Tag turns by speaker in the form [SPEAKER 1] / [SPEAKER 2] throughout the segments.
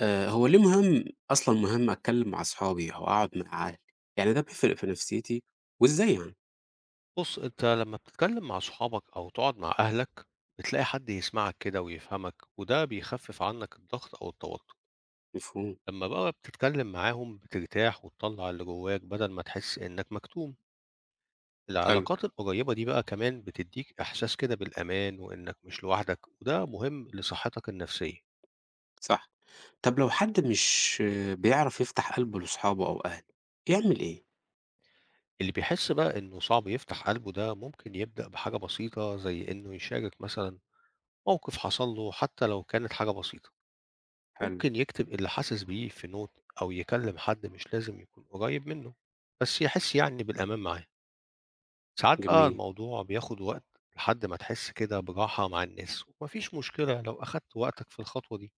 [SPEAKER 1] هو ليه مهم أصلًا مهم أتكلّم مع أصحابي أو أقعد مع عيلتي؟ يعني ده بيفرق في نفسيتي، وإزاي يعني؟
[SPEAKER 2] بُص، أنت لمّا بتتكلم مع صحابك أو تقعد مع أهلك، بتلاقي حد يسمعك كده ويفهمك، وده بيخفف عنك الضغط أو التوتر.
[SPEAKER 1] مفهوم،
[SPEAKER 2] لمّا بقى بتتكلم معاهم بترتاح وتطلّع اللي جواك بدل ما تحس إنك مكتوم.
[SPEAKER 1] حلو،
[SPEAKER 2] العلاقات القريبة دي بقى كمان بتديك إحساس كده بالأمان وإنك مش لوحدك، وده مهم لصحتك النفسية.
[SPEAKER 1] صح. طب لو حد مش آه، بيعرف يفتح قلبه لأصحابه أو أهله، يعمل إيه؟
[SPEAKER 2] اللي بيحس بقى إنه صعب يفتح قلبه ده ممكن يبدأ بحاجة بسيطة زي إنه يشارك مثلًا موقف حصل له حتى لو كانت حاجة بسيطة.
[SPEAKER 1] حلو،
[SPEAKER 2] ممكن يكتب اللي حاسس بيه في نوت أو يكلم حد مش لازم يكون قريب منه بس يحس يعني بالأمان معاه. ساعات بقى
[SPEAKER 1] جميل.
[SPEAKER 2] الموضوع بياخد وقت لحد ما تحس كده براحة مع الناس، ومفيش مشكلة لو أخدت وقتك في الخطوة دي.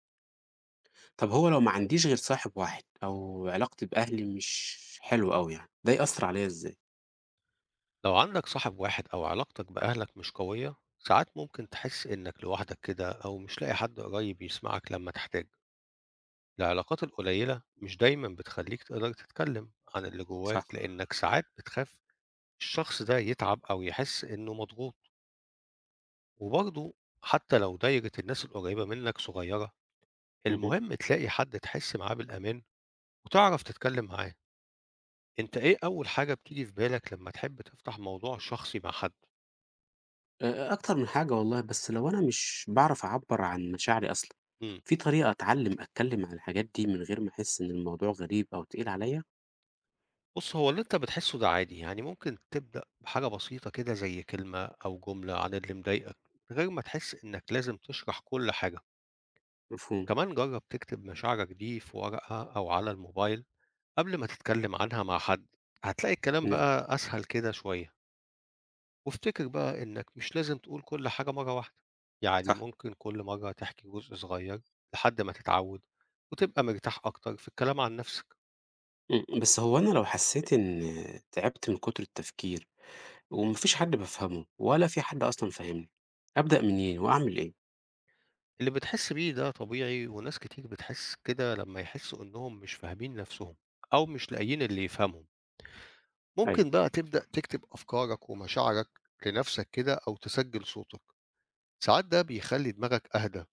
[SPEAKER 1] طب هو لو ما عنديش غير صاحب واحد أو علاقتي بأهلي مش حلوة أوي يعني، ده يأثّر عليّا إزاي؟
[SPEAKER 2] لو عندك صاحب واحد أو علاقتك بأهلك مش قوية ساعات ممكن تحس إنك لوحدك كده أو مش لاقي حد قريب يسمعك لما تحتاج. العلاقات القليلة مش دايما بتخليك تقدر تتكلم عن اللي جواك
[SPEAKER 1] صح.
[SPEAKER 2] لأنك ساعات بتخاف الشخص ده يتعب أو يحس إنه مضغوط. وبرضه حتى لو دايرة الناس القريبة منك صغيرة،
[SPEAKER 1] اهم.
[SPEAKER 2] المهم تلاقي حد تحس معاه بالأمان وتعرف تتكلم معاه. أنت إيه أول حاجة بتيجي في بالك لما تحب تفتح موضوع شخصي مع حد؟
[SPEAKER 1] أكتر من حاجة والله، بس لو أنا مش باعرف أعبّر عن مشاعري أصلًا،
[SPEAKER 2] إمم.
[SPEAKER 1] في طريقة أتعلّم أتكلّم عن الحاجات دي من غير ما أحس إن الموضوع غريب أو تقيل عليّا؟
[SPEAKER 2] بُص، هو اللي أنت بتحسه ده عادي، يعني ممكن تبدأ بحاجة بسيطة كده زي كلمة أو جملة عن اللي مضايقك، من غير ما تحس إنك لازم تشرح كل حاجة.
[SPEAKER 1] مفهوم،
[SPEAKER 2] كمان جرب تكتب مشاعرك دي في ورقة أو على الموبايل قبل ما تتكلم عنها مع حد، هتلاقي الكلام
[SPEAKER 1] إمم،
[SPEAKER 2] بقى أسهل كده شوية. وافتكر بقى إنك مش لازم تقول كل حاجة مرة واحدة، يعني
[SPEAKER 1] صح،
[SPEAKER 2] ممكن كل مرة تحكي جزء صغير لحد ما تتعود وتبقى مرتاح أكتر في الكلام عن نفسك.
[SPEAKER 1] إمم، بس هو أنا لو حسّيت إن تعبت من كتر التفكير وما فيش حد بافهمه ولا في حد أصلًا فاهمني، أبدأ
[SPEAKER 2] مم.
[SPEAKER 1] منين وأعمل إيه؟
[SPEAKER 2] اللي بتحس بيه ده طبيعي وناس كتير بتحس كده لما يحسوا إنهم مش فاهمين نفسهم أو مش لاقيين اللي يفهمهم.
[SPEAKER 1] أيوه،
[SPEAKER 2] ممكن بقى تبدأ تكتب أفكارك ومشاعرك لنفسك كده أو تسجل صوتك، ساعات ده بيخلي دماغك أهدى.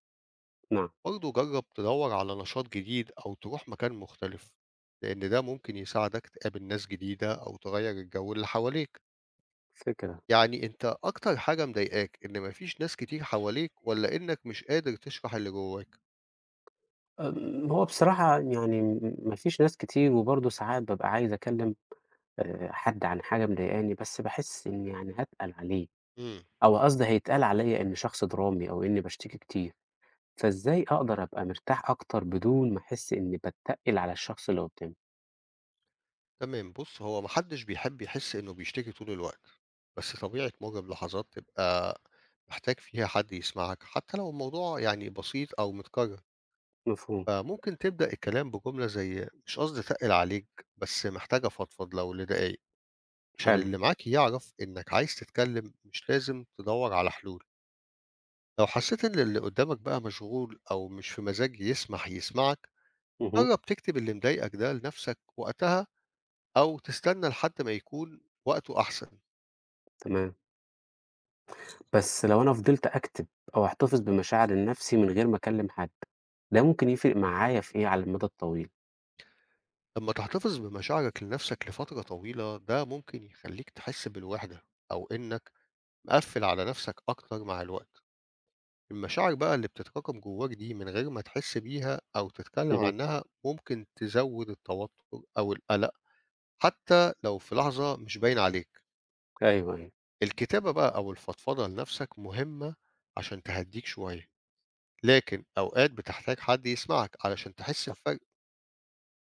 [SPEAKER 1] نعم،
[SPEAKER 2] برضه جرّب تدوّر على نشاط جديد أو تروح مكان مختلف، لإن ده ممكن يساعدك تقابل ناس جديدة أو تغيّر الجو اللي حواليك.
[SPEAKER 1] فكرة.
[SPEAKER 2] يعني أنت أكتر حاجة مضايقاك إن ما فيش ناس كتير حواليك والّا إنك مش قادر تشرح اللي جواك؟
[SPEAKER 1] آمم، هو بصراحة يعني ما فيش ناس كتير وبرضه ساعات بابقى عايز أكلّم حد عن حاجة مضايقاني، بس باحس إني يعني هاتقل عليه.
[SPEAKER 2] امم.
[SPEAKER 1] أو قصدي هيتقال عليّا إنّي شخص درامي أو إنّي باشتكي كتير، فإزاي أقدر أبقى مرتاح أكتر بدون ما أحس إنّي باتّقل على الشخص اللي قدّامي؟
[SPEAKER 2] تمام، بُص هو ما حدش بيحب يحس إنه بيشتكي طول الوقت، بس طبيعي تمُر بلحظات تبقى محتاج فيها حد يسمعك، حتى لو الموضوع يعني بسيط أو متكرر.
[SPEAKER 1] مفهوم،
[SPEAKER 2] فممكن تبدأ الكلام بجملة زي مش قصدي أتقل عليك بس محتاج أفضفض لو لدقايق، عشان
[SPEAKER 1] حلو،
[SPEAKER 2] اللي معاك يعرف إنك عايز تتكلم مش لازم تدور على حلول. لو حسيت إن اللي قدامك بقى مشغول أو مش في مزاج يسمح يسمعك
[SPEAKER 1] اهم،
[SPEAKER 2] جرب تكتب اللي مضايقك ده لنفسك وقتها، أو تستنى لحد ما يكون وقته أحسن.
[SPEAKER 1] تمام. بس لو أنا فضلت أكتم أو أحتفظ بمشاعري لنفسي من غير ما أكلّم حد، ده ممكن يفرق معايا في إيه على المدى الطويل؟
[SPEAKER 2] لما تحتفظ بمشاعرك لنفسك لفترة طويلة ده ممكن يخليك تحس بالوحدة أو إنك مقفل على نفسك أكتر مع الوقت. المشاعر بقى اللي بتتراكم جواك دي من غير ما تحس بيها أو تتكلم
[SPEAKER 1] اهم،
[SPEAKER 2] عنها ممكن تزود التوتر أو القلق، حتى لو في لحظة مش باين عليك.
[SPEAKER 1] أيوه، أيوه،
[SPEAKER 2] الكتابة بقى أو الفضفضة لنفسك مهمة عشان تهديك شوية، لكن أوقات بتحتاج حد يسمعك علشان تحس
[SPEAKER 1] صح،
[SPEAKER 2] بفرق.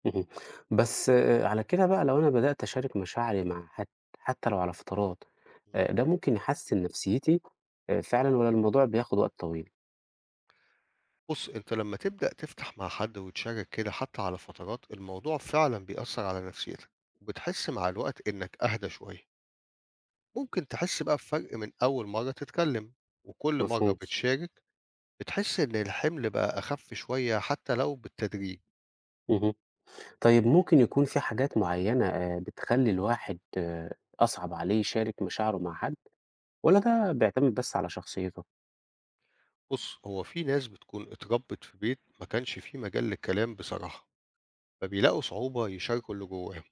[SPEAKER 1] اهم. بس على كده بقى لو أنا بدأت أشارك مشاعري مع حد حتّى لو على فترات،
[SPEAKER 2] مم.
[SPEAKER 1] ده ممكن يحسّن نفسيتي فعلًا والّا الموضوع بياخد وقت طويل؟
[SPEAKER 2] بص، أنت لما تبدأ تفتح مع حد وتشارك كده حتى على فترات الموضوع فعلا بيأثر على نفسيتك، وبتحس مع الوقت إنك أهدى شوية. ممكن تحس بقى بفرق من أول مرة تتكلم، وكل مرة
[SPEAKER 1] مفهوم.
[SPEAKER 2] بتشارك بتحس إن الحمل بقى أخف شوية حتى لو بالتدريج.
[SPEAKER 1] اهم. طيب ممكن يكون في حاجات معيّنة بتخلّي الواحد أصعب عليه يشارك مشاعره مع حد والّا ده بيعتمد بس على شخصيته؟
[SPEAKER 2] بص، هو في ناس بتكون اتربت في بيت ما كانش فيه مجال للكلام بصراحة، فبيلاقوا صعوبة يشاركوا اللي جواهم.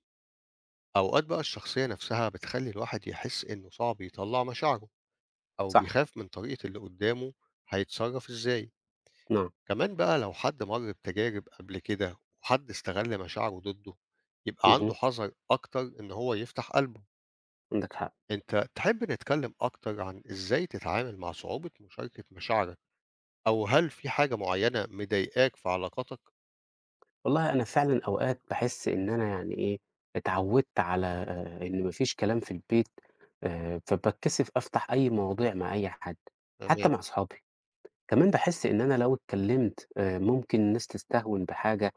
[SPEAKER 2] أوقات بقى الشخصية نفسها بتخلي الواحد يحس إنه صعب يطلع مشاعره، أو
[SPEAKER 1] صح،
[SPEAKER 2] بيخاف من طريقة اللي قدامه هيتصرف إزاي.
[SPEAKER 1] نعم،
[SPEAKER 2] كمان بقى لو حد مر بتجارب قبل كده وحد استغل مشاعره ضده يبقى عنده
[SPEAKER 1] اهم،
[SPEAKER 2] حذر أكتر إن هو يفتح قلبه.
[SPEAKER 1] عندك حق.
[SPEAKER 2] أنت تحب نتكلم أكتر عن إزاي تتعامل مع صعوبة مشاركة مشاعرك، أو هل في حاجة معينة مضايقاك في علاقاتك؟
[SPEAKER 1] والله أنا فعلًا أوقات باحس إن أنا يعني إيه، اتعوّدت على إن ما فيش كلام في البيت، فباتكسف أفتح أي مواضيع مع أي حد،
[SPEAKER 2] تمام،
[SPEAKER 1] حتى مع أصحابي. كمان باحس إن أنا لو اتكلمت ممكن الناس تستهون بحاجة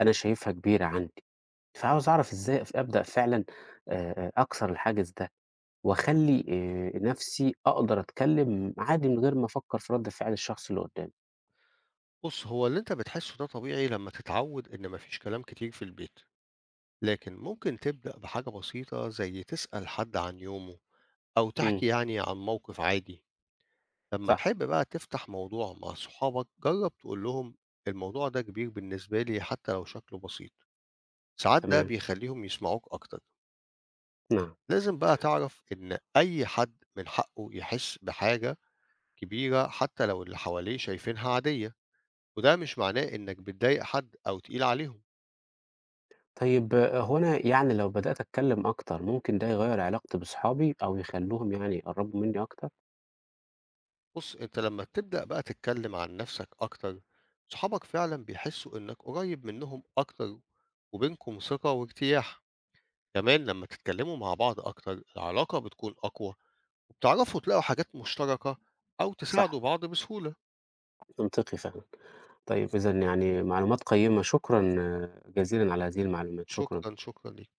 [SPEAKER 1] أنا شايفها كبيرة عندي.
[SPEAKER 2] تمام.
[SPEAKER 1] فعاوز أعرف إزاي أبدأ فعلًا أكسر الحاجز ده، وأخلّي نَفْسي أقدر أتكلّم عادي من غير ما أفكّر في رَد فعل الشخص اللي قُدّامي.
[SPEAKER 2] بُص، هو اللي أنت بتحسه ده طبيعي لمّا تتعود إن ما فيش كلام كتير في البيت، لكن ممكن تبدأ بحاجة بسيطة زي تسأل حد عن يومه، أو
[SPEAKER 1] إمم،
[SPEAKER 2] تحكي يعني عن موقف عادي. لمّا
[SPEAKER 1] صح،
[SPEAKER 2] تحب بقى تفتح موضوع مع صحابك، جرب تقول لهم الموضوع ده كبير بالنسبة لي حتى لو شكله بسيط، ساعات ده
[SPEAKER 1] تمام،
[SPEAKER 2] بيخليهم يسمعوك أكتر.
[SPEAKER 1] نعم.
[SPEAKER 2] لازم بقى تعرف إن أي حد من حقه يحس بحاجة كبيرة حتى لو اللي حواليه شايفينها عادية، وده مش معناه إنك بتضايق حد أو تقيل عليهم.
[SPEAKER 1] طيب آه، هو أنا يعني لو بدأت أتكلّم أكتر ممكن ده يغيّر علاقتي بأصحابي أو يخلّوهم يعني يقرّبوا منّي أكتر؟
[SPEAKER 2] بص، أنت لما تبدأ بقى تتكلم عن نفسك أكتر صحابك فعلا بيحسوا إنك قريب منهم أكتر، وبينكم ثقة وارتياح. كمان لما تتكلموا مع بعض أكتر العلاقة بتكون أقوى، وبتعرفوا تلاقوا حاجات مشتركة أو
[SPEAKER 1] صح،
[SPEAKER 2] تساعدوا بعض بسهولة.
[SPEAKER 1] منطقي فعلًا. طيب إذًا يعني معلومات قيّمة، شكرًا آه، جزيلًا على هذه المعلومات، شكرًا.
[SPEAKER 2] شكرا، شكرا ليك.